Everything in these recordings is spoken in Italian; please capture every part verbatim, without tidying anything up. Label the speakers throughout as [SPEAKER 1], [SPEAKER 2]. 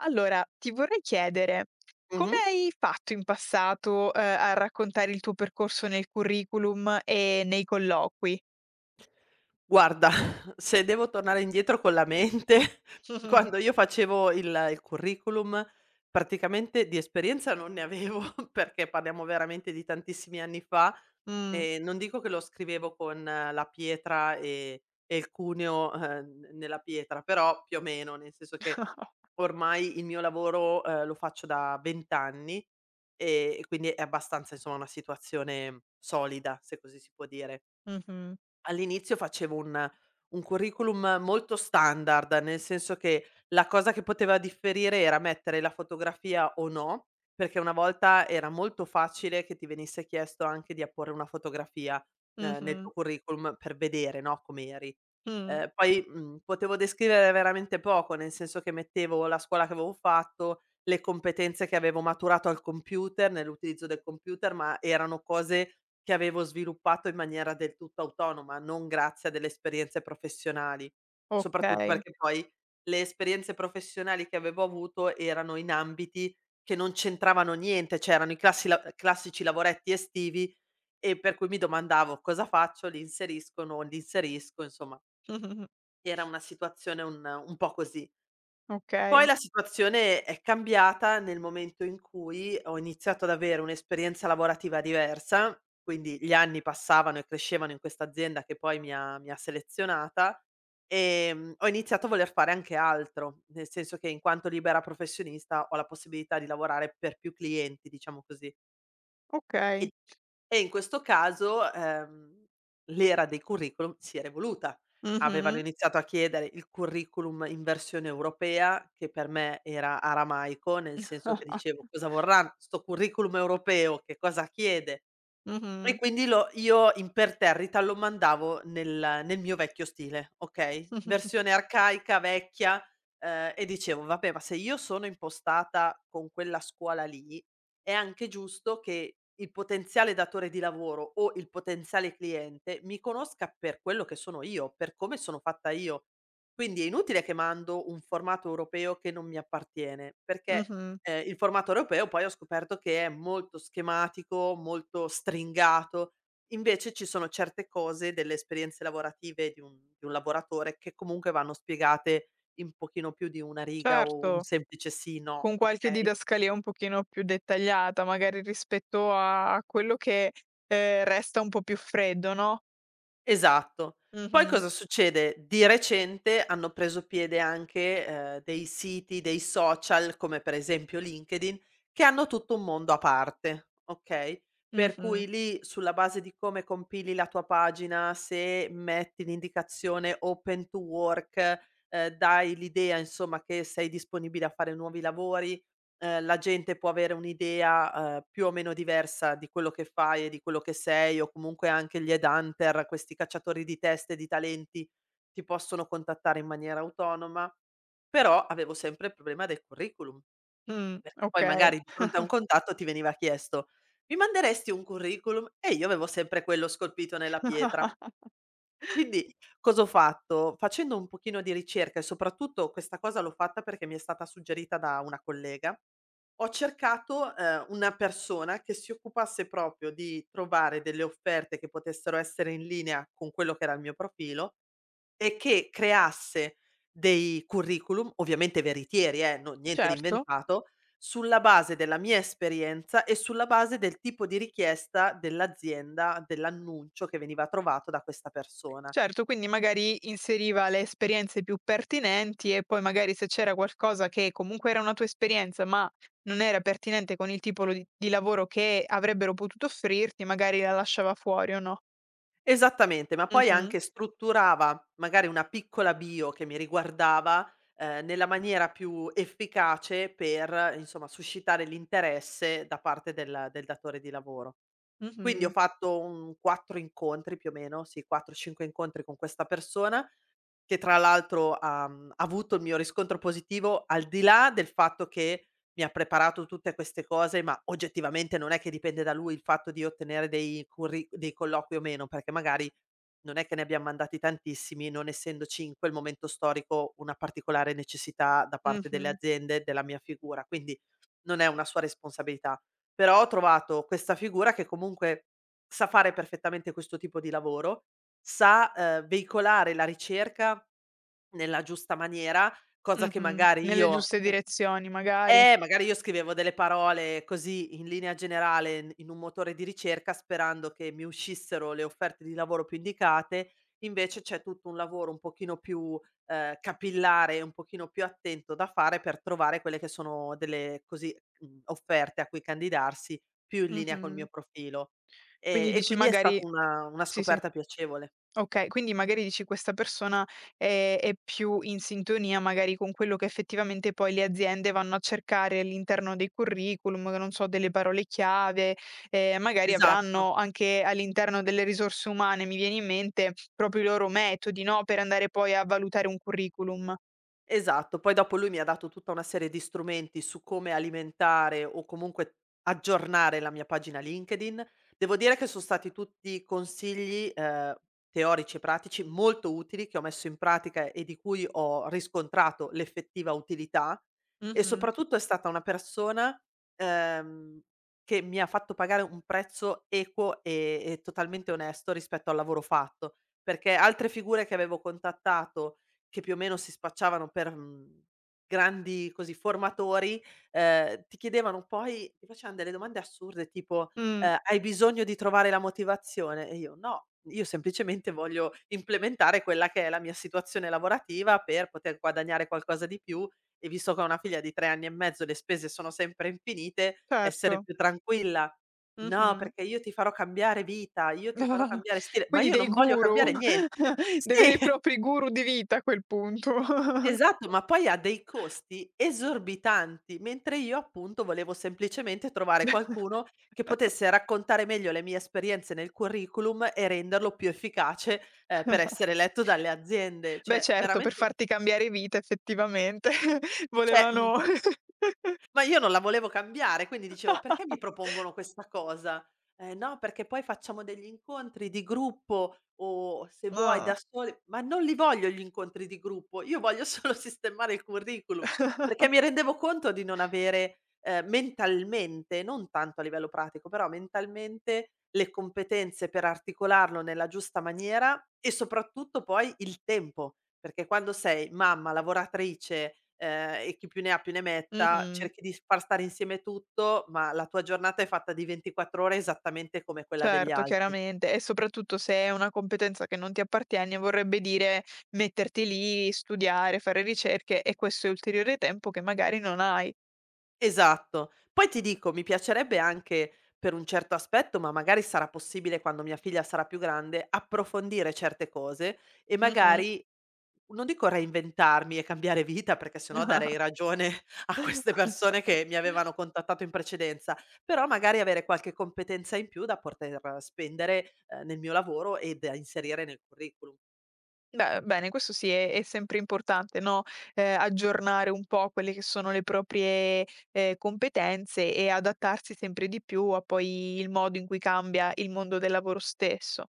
[SPEAKER 1] Allora, ti vorrei chiedere, come
[SPEAKER 2] Mh-mh.
[SPEAKER 1] hai fatto in passato, ehm, a raccontare il tuo percorso nel curriculum e nei colloqui?
[SPEAKER 2] Guarda, se devo tornare indietro con la mente, quando io facevo il il curriculum, praticamente di esperienza non ne avevo, perché parliamo veramente di tantissimi anni fa,
[SPEAKER 1] Mh.
[SPEAKER 2] e non dico che lo scrivevo con eh, la pietra e e il cuneo, ehm, nella pietra, però più o meno, nel senso che ormai il mio lavoro, ehm, lo faccio da venti anni e e quindi è abbastanza, insomma, una situazione solida, se così si può dire.
[SPEAKER 1] Mh-mh.
[SPEAKER 2] All'inizio facevo un un curriculum molto standard, nel senso che la cosa che poteva differire era mettere la fotografia o no, perché una volta era molto facile che ti venisse chiesto anche di apporre una fotografia, ehm, nel tuo
[SPEAKER 1] Mh-mh.
[SPEAKER 2] curriculum per vedere, no, com'eri.
[SPEAKER 1] Mh.
[SPEAKER 2] Ehm, poi, mhmm, potevo descrivere veramente poco, nel senso che mettevo la scuola che avevo fatto, le competenze che avevo maturato al computer, nell'utilizzo del computer, ma erano cose che avevo sviluppato in maniera del tutto autonoma, non grazie a delle esperienze professionali. Soprattutto
[SPEAKER 1] Okay.
[SPEAKER 2] perché poi le esperienze professionali che avevo avuto erano in ambiti che non c'entravano niente, cioè erano i classi la classici lavoretti estivi e per cui mi domandavo: "Cosa faccio? Li inserisco? Non li inserisco?" Insomma
[SPEAKER 1] Mhm,
[SPEAKER 2] era una situazione un un po' così. Poi
[SPEAKER 1] okay.
[SPEAKER 2] la situazione è cambiata nel momento in cui ho iniziato ad avere un'esperienza lavorativa diversa, quindi gli anni passavano e crescevano in questa azienda che poi mi ha mi ha selezionata, ehm, ho iniziato a voler fare anche altro, nel senso che in quanto libera professionista ho la possibilità di lavorare per più clienti, diciamo così. E
[SPEAKER 1] Okay.
[SPEAKER 2] e in questo caso, ehm, l'era dei curriculum si è evoluta. Avevano
[SPEAKER 1] Mh-mh.
[SPEAKER 2] iniziato a chiedere il curriculum in versione europea, che per me era aramaico, nel senso che dicevo: "Cosa vorrà 'sto curriculum europeo? Che cosa chiede?" E
[SPEAKER 1] Mh-mh.
[SPEAKER 2] quindi lo io imperterrita lo mandavo nel nel mio vecchio stile, okay, versione arcaica, vecchia, ehm, e dicevo: "Vabbè, ma se io sono impostata con quella scuola lì, è anche giusto che il potenziale datore di lavoro o il potenziale cliente mi conosca per quello che sono io, per come sono fatta io. Quindi è inutile che mando un formato europeo che non mi appartiene, perché"
[SPEAKER 1] Mh-mh.
[SPEAKER 2] Ehm, il formato europeo poi ho scoperto che è molto schematico, molto stringato, invece ci sono certe cose delle esperienze lavorative di un di un lavoratore che comunque vanno spiegate in pochino più di una riga o un
[SPEAKER 1] Certo,
[SPEAKER 2] semplice sì, no,
[SPEAKER 1] con qualche
[SPEAKER 2] okay?
[SPEAKER 1] didascalia un pochino più dettagliata, magari rispetto a a quello che, ehm, resta un po' più freddo, no?
[SPEAKER 2] Esatto. Poi
[SPEAKER 1] Mh-mh.
[SPEAKER 2] cosa succede? Di recente hanno preso piede anche, ehm, dei siti, dei social, come per esempio LinkedIn, che hanno tutto un mondo a parte, okay, per
[SPEAKER 1] Mh-mh.
[SPEAKER 2] cui lì, sulla base di come compili la tua pagina, se metti l'indicazione open to work, ehm, dai l'idea insomma che sei disponibile a fare nuovi lavori, ehm, la gente può avere un'idea, ehm, più o meno diversa di quello che fai e di quello che sei, o comunque anche gli headhunter, questi cacciatori di teste, di talenti, ti possono contattare in maniera autonoma. Però avevo sempre il problema del curriculum,
[SPEAKER 1] Mh,
[SPEAKER 2] perché poi
[SPEAKER 1] okay.
[SPEAKER 2] magari di fronte a un contatto ti veniva chiesto: "Mi manderesti un curriculum?" E io avevo sempre quello scolpito nella pietra. Quindi cosa ho fatto? Facendo un pochino di ricerca e soprattutto questa cosa l'ho fatta perché mi è stata suggerita da una collega, ho cercato, ehm, una persona che si occupasse proprio di trovare delle offerte che potessero essere in linea con quello che era il mio profilo e che creasse dei curriculum, ovviamente veritieri eh, no, niente di
[SPEAKER 1] Certo,
[SPEAKER 2] inventato, sulla base della mia esperienza e sulla base del tipo di richiesta dell'azienda, dell'annuncio che veniva trovato da questa persona.
[SPEAKER 1] certo, quindi magari inseriva le esperienze più pertinenti e poi magari se c'era qualcosa che comunque era una tua esperienza, ma non era pertinente con il tipo lo di di lavoro che avrebbero potuto offrirti, magari la lasciava fuori o no.
[SPEAKER 2] Esattamente, ma poi
[SPEAKER 1] Mh-mh,
[SPEAKER 2] anche strutturava magari una piccola bio che mi riguardava, ehm, nella maniera più efficace per, insomma, suscitare l'interesse da parte del del datore di lavoro. Quindi ho
[SPEAKER 1] mh-mh,
[SPEAKER 2] fatto un quattro incontri più o meno, sì quattro, cinque incontri con questa persona, che tra l'altro ha mhmm, ha avuto il mio riscontro positivo, al di là del fatto che mi ha preparato tutte queste cose, ma oggettivamente non è che dipende da lui il fatto di ottenere dei curri dei colloqui o meno, perché magari non è che ne abbiam mandati tantissimi, non essendoci in quel momento storico una particolare necessità da parte delle
[SPEAKER 1] mh-mh,
[SPEAKER 2] aziende della mia figura, quindi non è una sua responsabilità. Però ho trovato questa figura che comunque sa fare perfettamente questo tipo di lavoro, sa, ehm, veicolare la ricerca nella giusta maniera, cosa che
[SPEAKER 1] mh-mh.
[SPEAKER 2] magari
[SPEAKER 1] Nelle
[SPEAKER 2] io
[SPEAKER 1] giuste
[SPEAKER 2] eh,
[SPEAKER 1] direzioni magari.
[SPEAKER 2] eh, magari io scrivevo delle parole così in linea generale n in un motore di ricerca sperando che mi uscissero le offerte di lavoro più indicate, invece c'è tutto un lavoro un pochino più, ehm, capillare e un pochino più attento da fare per trovare quelle che sono delle così, mhmm, offerte a cui candidarsi più in linea col mio
[SPEAKER 1] Mh-mh.
[SPEAKER 2] profilo.
[SPEAKER 1] Quindi
[SPEAKER 2] Ehm, e
[SPEAKER 1] dici
[SPEAKER 2] quindi è
[SPEAKER 1] magari
[SPEAKER 2] stata una una
[SPEAKER 1] sì, sì.
[SPEAKER 2] scoperta piacevole.
[SPEAKER 1] Okay, quindi magari dici questa persona è è più in sintonia magari con quello che effettivamente poi le aziende vanno a cercare all'interno dei curriculum, non so, delle parole chiave, ehm, magari
[SPEAKER 2] Esatto.
[SPEAKER 1] avranno anche all'interno delle risorse umane, mi viene in mente, proprio i loro metodi, no, per andare poi a valutare un curriculum.
[SPEAKER 2] Esatto, poi dopo lui mi ha dato tutta una serie di strumenti su come alimentare o comunque aggiornare la mia pagina LinkedIn. Devo dire che sono stati tutti consigli, ehm, teorici e pratici molto utili che ho messo in pratica e di cui ho riscontrato l'effettiva utilità, e
[SPEAKER 1] Mh-mh.
[SPEAKER 2] soprattutto è stata una persona, ehm, che mi ha fatto pagare un prezzo equo e e totalmente onesto rispetto al lavoro fatto, perché altre figure che avevo contattato che più o meno si spacciavano per, mhmm, grandi così formatori, ehm, ti chiedevano, poi ti facevan delle domande assurde tipo,
[SPEAKER 1] Mh,
[SPEAKER 2] ehm: "Hai bisogno di trovare la motivazione?" E io: "No, io semplicemente voglio implementare quella che è la mia situazione lavorativa per poter guadagnare qualcosa di più e visto che ho una figlia di tre anni e mezzo le spese sono sempre infinite, essere
[SPEAKER 1] Certo.
[SPEAKER 2] più tranquilla." "No,
[SPEAKER 1] Mh-mh.
[SPEAKER 2] perché io ti farò cambiare vita, io ti farò cambiare stile." Ma
[SPEAKER 1] Quindi
[SPEAKER 2] io
[SPEAKER 1] dei
[SPEAKER 2] non voglio
[SPEAKER 1] guru,
[SPEAKER 2] cambiare niente.
[SPEAKER 1] dei veri e
[SPEAKER 2] Sì!
[SPEAKER 1] propri guru di vita a quel punto.
[SPEAKER 2] Esatto, ma poi ha dei costi esorbitanti, mentre io appunto volevo semplicemente trovare qualcuno che potesse raccontare meglio le mie esperienze nel curriculum e renderlo più efficace, ehm, per essere letto dalle aziende.
[SPEAKER 1] Beh
[SPEAKER 2] Cioè
[SPEAKER 1] certo, per
[SPEAKER 2] veramente u
[SPEAKER 1] farti cambiare vita effettivamente
[SPEAKER 2] cioè, mhmm
[SPEAKER 1] volevano
[SPEAKER 2] Ma io non la volevo cambiare, quindi dicevo: "Perché mi propongono questa cosa?" "Eh no, perché poi facciamo degli incontri di gruppo o se vuoi da
[SPEAKER 1] Ah.
[SPEAKER 2] soli." "Ma non li voglio gli incontri di gruppo, io voglio solo sistemare il curriculum", perché mi rendevo conto di non avere, ehm, mentalmente, non tanto a livello pratico, però mentalmente le competenze per articolarlo nella giusta maniera e soprattutto poi il tempo. Perché quando sei mamma, lavoratrice, ehm, e chi più ne ha più ne metta,
[SPEAKER 1] Mh-mh.
[SPEAKER 2] cerchi di far stare insieme tutto, ma la tua giornata è fatta di ventiquattro ore esattamente come quella degli
[SPEAKER 1] Certo,
[SPEAKER 2] altri.
[SPEAKER 1] chiaramente e soprattutto se è una competenza che non ti appartiene, vorrebbe dire metterti lì, studiare, fare ricerche e questo è ulteriore tempo che magari non hai.
[SPEAKER 2] Esatto. Poi ti dico, mi piacerebbe anche per un certo aspetto, ma magari sarà possibile quando mia figlia sarà più grande, approfondire certe cose e
[SPEAKER 1] Mh-mh.
[SPEAKER 2] magari non dico reinventarmi e cambiare vita, perché sennò darei ragione a queste persone che mi avevano contattato in precedenza, però magari avere qualche competenza in più da poter spendere, ehm, nel mio lavoro e da inserire nel curriculum.
[SPEAKER 1] Beh, bene, questo sì, è è sempre importante, no, ehm, aggiornare un po' quelle che sono le proprie, ehm, competenze e adattarsi sempre di più a poi il modo in cui cambia il mondo del lavoro stesso.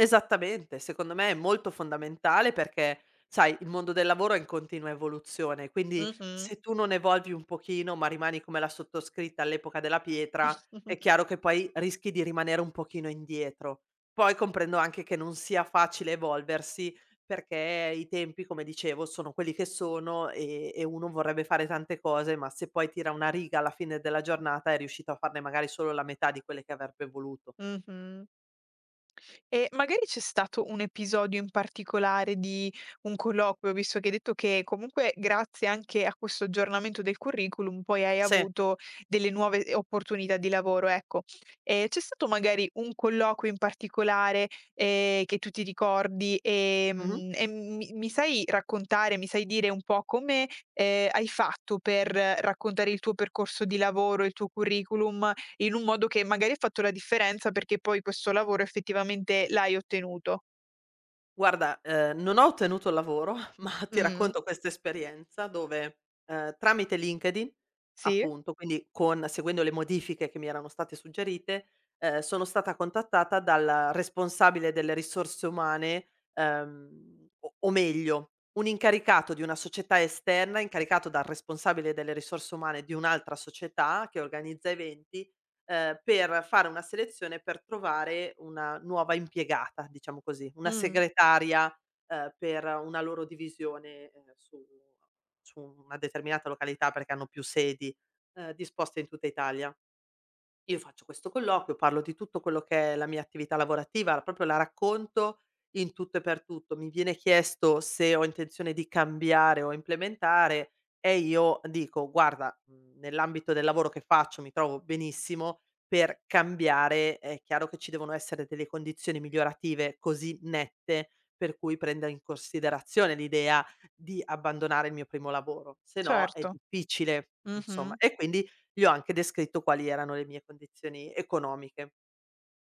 [SPEAKER 2] Esattamente, secondo me è molto fondamentale perché, sai, il mondo del lavoro è in continua evoluzione, quindi
[SPEAKER 1] Mh-mh.
[SPEAKER 2] se tu non evolvi un pochino, ma rimani come la sottoscritta all'epoca della pietra, è chiaro che poi rischi di rimanere un pochino indietro. Poi comprendo anche che non sia facile evolversi perché i tempi, come dicevo, sono quelli che sono e, e uno vorrebbe fare tante cose, ma se poi tira una riga alla fine della giornata è riuscito a farne magari solo la metà di quelle che avrebbe voluto.
[SPEAKER 1] Mh-mh. E magari c'è stato un episodio in particolare di un colloquio, visto che hai detto che comunque grazie anche a questo aggiornamento del curriculum poi hai
[SPEAKER 2] Sì.
[SPEAKER 1] avuto delle nuove opportunità di lavoro, ecco. Ehm, c'è stato magari un colloquio in particolare, ehm, che tu ti ricordi, ehm, e mi mi sai raccontare, mi sai dire un po' come, ehm, hai fatto per raccontare il tuo percorso di lavoro, il tuo curriculum, in un modo che magari ha fatto la differenza perché poi questo lavoro effettivamente l'hai ottenuto.
[SPEAKER 2] Guarda, ehm, non ho ottenuto il lavoro, ma ti
[SPEAKER 1] Mh.
[SPEAKER 2] racconto questa esperienza dove, ehm, tramite LinkedIn,
[SPEAKER 1] Sì.
[SPEAKER 2] appunto, quindi con seguendo le modifiche che mi erano state suggerite, ehm, sono stata contattata dal responsabile delle risorse umane, ehm, o o meglio, un incaricato di una società esterna, incaricato dal responsabile delle risorse umane di un'altra società che organizza eventi, ehm, per fare una selezione per trovare una nuova impiegata, diciamo così, una
[SPEAKER 1] Mh.
[SPEAKER 2] segretaria, ehm, per una loro divisione, ehm, su su una determinata località, perché hanno più sedi, ehm, disposte in tutta Italia. Io faccio questo colloquio, parlo di tutto quello che è la mia attività lavorativa, proprio la racconto in tutto e per tutto. Mi viene chiesto se ho intenzione di cambiare o implementare, e io dico: "Guarda, mhmm, nell'ambito del lavoro che faccio mi trovo benissimo, per cambiare è chiaro che ci devono essere delle condizioni migliorative così nette per cui prenda in considerazione l'idea di abbandonare il mio primo lavoro, se no è
[SPEAKER 1] Certo.
[SPEAKER 2] difficile", insomma.
[SPEAKER 1] Mh-mh.
[SPEAKER 2] E quindi gli ho anche descritto quali erano le mie condizioni economiche.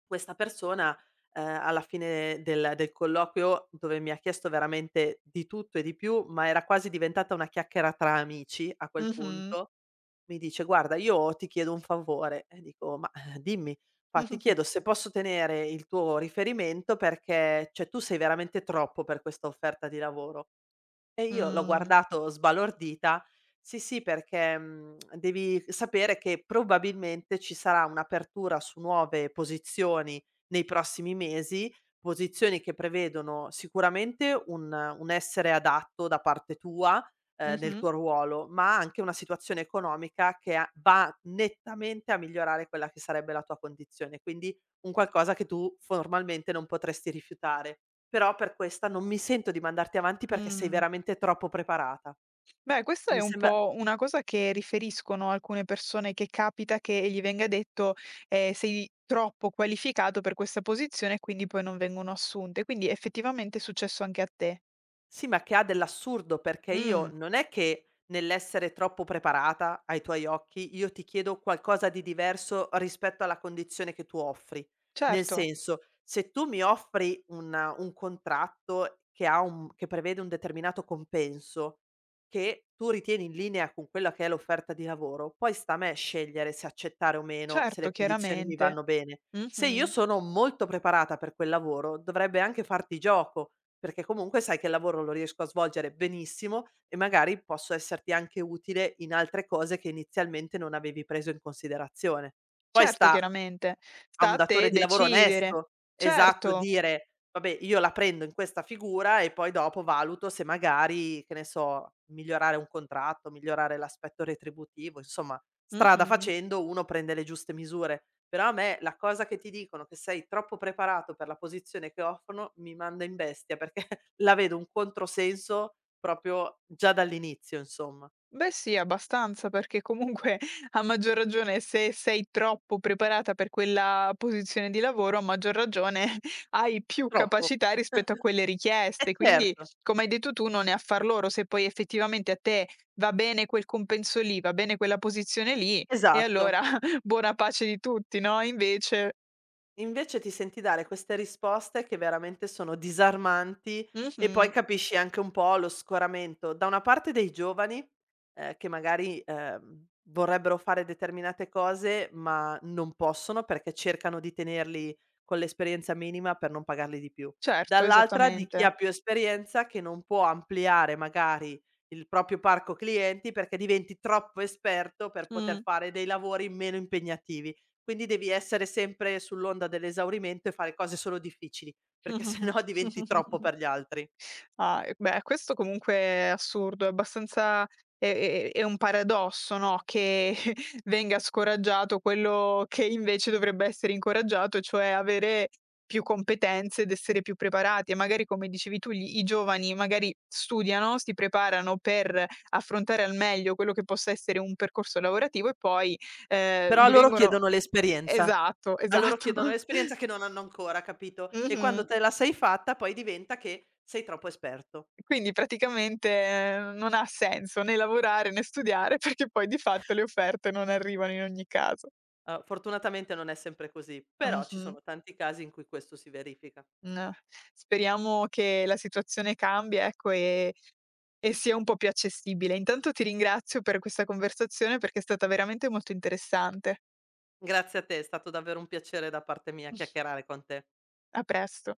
[SPEAKER 2] Questa persona, ehm, alla fine del del colloquio, dove mi ha chiesto veramente di tutto e di più, ma era quasi diventata una chiacchiera tra amici a quel
[SPEAKER 1] Mh-mh.
[SPEAKER 2] punto, mi dice: "Guarda, io ti chiedo un favore." E dico: "Ma, eh, dimmi." Fa: "Ti chiedo se posso tenere il tuo riferimento perché, cioè, tu sei veramente troppo per questa offerta di lavoro." E io l'ho
[SPEAKER 1] Mh.
[SPEAKER 2] guardato sbalordita. "Sì, sì, perché, mhmm, devi sapere che probabilmente ci sarà un'apertura su nuove posizioni nei prossimi mesi, posizioni che prevedono sicuramente un un essere adatto da parte tua, ehm, nel
[SPEAKER 1] Mh-mh.
[SPEAKER 2] tuo ruolo, ma anche una situazione economica che a va nettamente a migliorare quella che sarebbe la tua condizione, quindi un qualcosa che tu formalmente non potresti rifiutare. Però per questa non mi sento di mandarti avanti perché sei
[SPEAKER 1] Mh.
[SPEAKER 2] veramente troppo preparata."
[SPEAKER 1] Beh, questa è
[SPEAKER 2] Mi
[SPEAKER 1] un
[SPEAKER 2] sembra.
[SPEAKER 1] po' una cosa che riferiscono alcune persone che capita che gli venga detto, ehm: "Sei troppo qualificato per questa posizione", e quindi poi non vengono assunte. Quindi effettivamente è successo anche a te.
[SPEAKER 2] Sì, ma che ha dell'assurdo, perché io
[SPEAKER 1] Mh.
[SPEAKER 2] non è che nell'essere troppo preparata ai tuoi occhi, io ti chiedo qualcosa di diverso rispetto alla condizione che tu offri. Nel
[SPEAKER 1] Certo,
[SPEAKER 2] senso, se tu mi offri una un contratto che ha un che prevede un determinato compenso, che tu ritieni in linea con quella che è l'offerta di lavoro, poi sta a me scegliere se accettare o meno, se
[SPEAKER 1] certo,
[SPEAKER 2] le condizioni mi
[SPEAKER 1] chiaramente.
[SPEAKER 2] vanno bene. Se io
[SPEAKER 1] Mh-mh.
[SPEAKER 2] sono molto preparata per quel lavoro, dovrebbe anche farti gioco. Perché comunque sai che il lavoro lo riesco a svolgere benissimo e magari posso esserti anche utile in altre cose che inizialmente non avevi preso in considerazione. Poi
[SPEAKER 1] Certo,
[SPEAKER 2] sta
[SPEAKER 1] chiaramente.
[SPEAKER 2] a
[SPEAKER 1] Sta
[SPEAKER 2] un
[SPEAKER 1] a
[SPEAKER 2] datore
[SPEAKER 1] te
[SPEAKER 2] di lavoro
[SPEAKER 1] decidere.
[SPEAKER 2] onesto. Esatto,
[SPEAKER 1] Certo.
[SPEAKER 2] dire: "Vabbè, io la prendo in questa figura e poi dopo valuto se magari, che ne so, migliorare un contratto, migliorare l'aspetto retributivo", insomma, strada
[SPEAKER 1] Mh-mh.
[SPEAKER 2] facendo uno prende le giuste misure. Però a me la cosa che ti dicono che sei troppo preparato per la posizione che offrono mi manda in bestia, perché la vedo un controsenso proprio già dall'inizio, insomma.
[SPEAKER 1] Beh sì, abbastanza, perché comunque a maggior ragione se sei troppo preparata per quella posizione di lavoro, a maggior ragione hai più
[SPEAKER 2] Troppo.
[SPEAKER 1] capacità rispetto a quelle
[SPEAKER 2] Eh
[SPEAKER 1] richieste. Quindi,
[SPEAKER 2] certo,
[SPEAKER 1] come hai detto tu, non è affar loro se poi effettivamente a te va bene quel compenso lì, va bene quella posizione lì, e
[SPEAKER 2] esatto.
[SPEAKER 1] allora buona pace di tutti, no, invece
[SPEAKER 2] Invece ti senti dare queste risposte che veramente sono disarmanti, e poi
[SPEAKER 1] mh-mh,
[SPEAKER 2] capisci anche un po' lo scoramento da una parte dei giovani, ehm, che magari, ehm, vorrebbero fare determinate cose ma non possono perché cercano di tenerli con l'esperienza minima per non pagarli di più.
[SPEAKER 1] certo,
[SPEAKER 2] Dall'altra di chi
[SPEAKER 1] esattamente.
[SPEAKER 2] ha più esperienza che non può ampliare magari il proprio parco clienti perché diventi troppo esperto per poter
[SPEAKER 1] Mh.
[SPEAKER 2] fare dei lavori meno impegnativi. Quindi devi essere sempre sull'onda dell'esaurimento e fare cose solo difficili, perché se no diventi
[SPEAKER 1] Mh-mh-mh.
[SPEAKER 2] troppo per gli altri.
[SPEAKER 1] Ah, e beh, questo comunque è assurdo, è abbastanza è è è un paradosso, no, che venga scoraggiato quello che invece dovrebbe essere incoraggiato, cioè avere più competenze ed essere più preparati. E magari, come dicevi tu, gli i giovani magari studiano, si preparano per affrontare al meglio quello che possa essere un percorso lavorativo e poi, ehm,
[SPEAKER 2] Però a
[SPEAKER 1] gli
[SPEAKER 2] loro
[SPEAKER 1] vengono
[SPEAKER 2] chiedono l'esperienza.
[SPEAKER 1] esatto,
[SPEAKER 2] A loro
[SPEAKER 1] esatto.
[SPEAKER 2] chiedono l'esperienza che non hanno ancora, capito? E quando
[SPEAKER 1] Mh-mh.
[SPEAKER 2] te la sei fatta poi diventa che sei troppo esperto.
[SPEAKER 1] Quindi praticamente ehm, non ha senso né lavorare né studiare, perché poi di fatto le offerte non arrivano in ogni caso.
[SPEAKER 2] Uhm, fortunatamente non è sempre così, però ci
[SPEAKER 1] Mh-mh.
[SPEAKER 2] sono tanti casi in cui questo si verifica.
[SPEAKER 1] N Speriamo che la situazione cambi, ecco, e e sia un po' più accessibile. Intanto ti ringrazio per questa conversazione perché è stata veramente molto interessante.
[SPEAKER 2] Grazie a te, è stato davvero un piacere da parte mia chiacchierare con te.
[SPEAKER 1] A presto.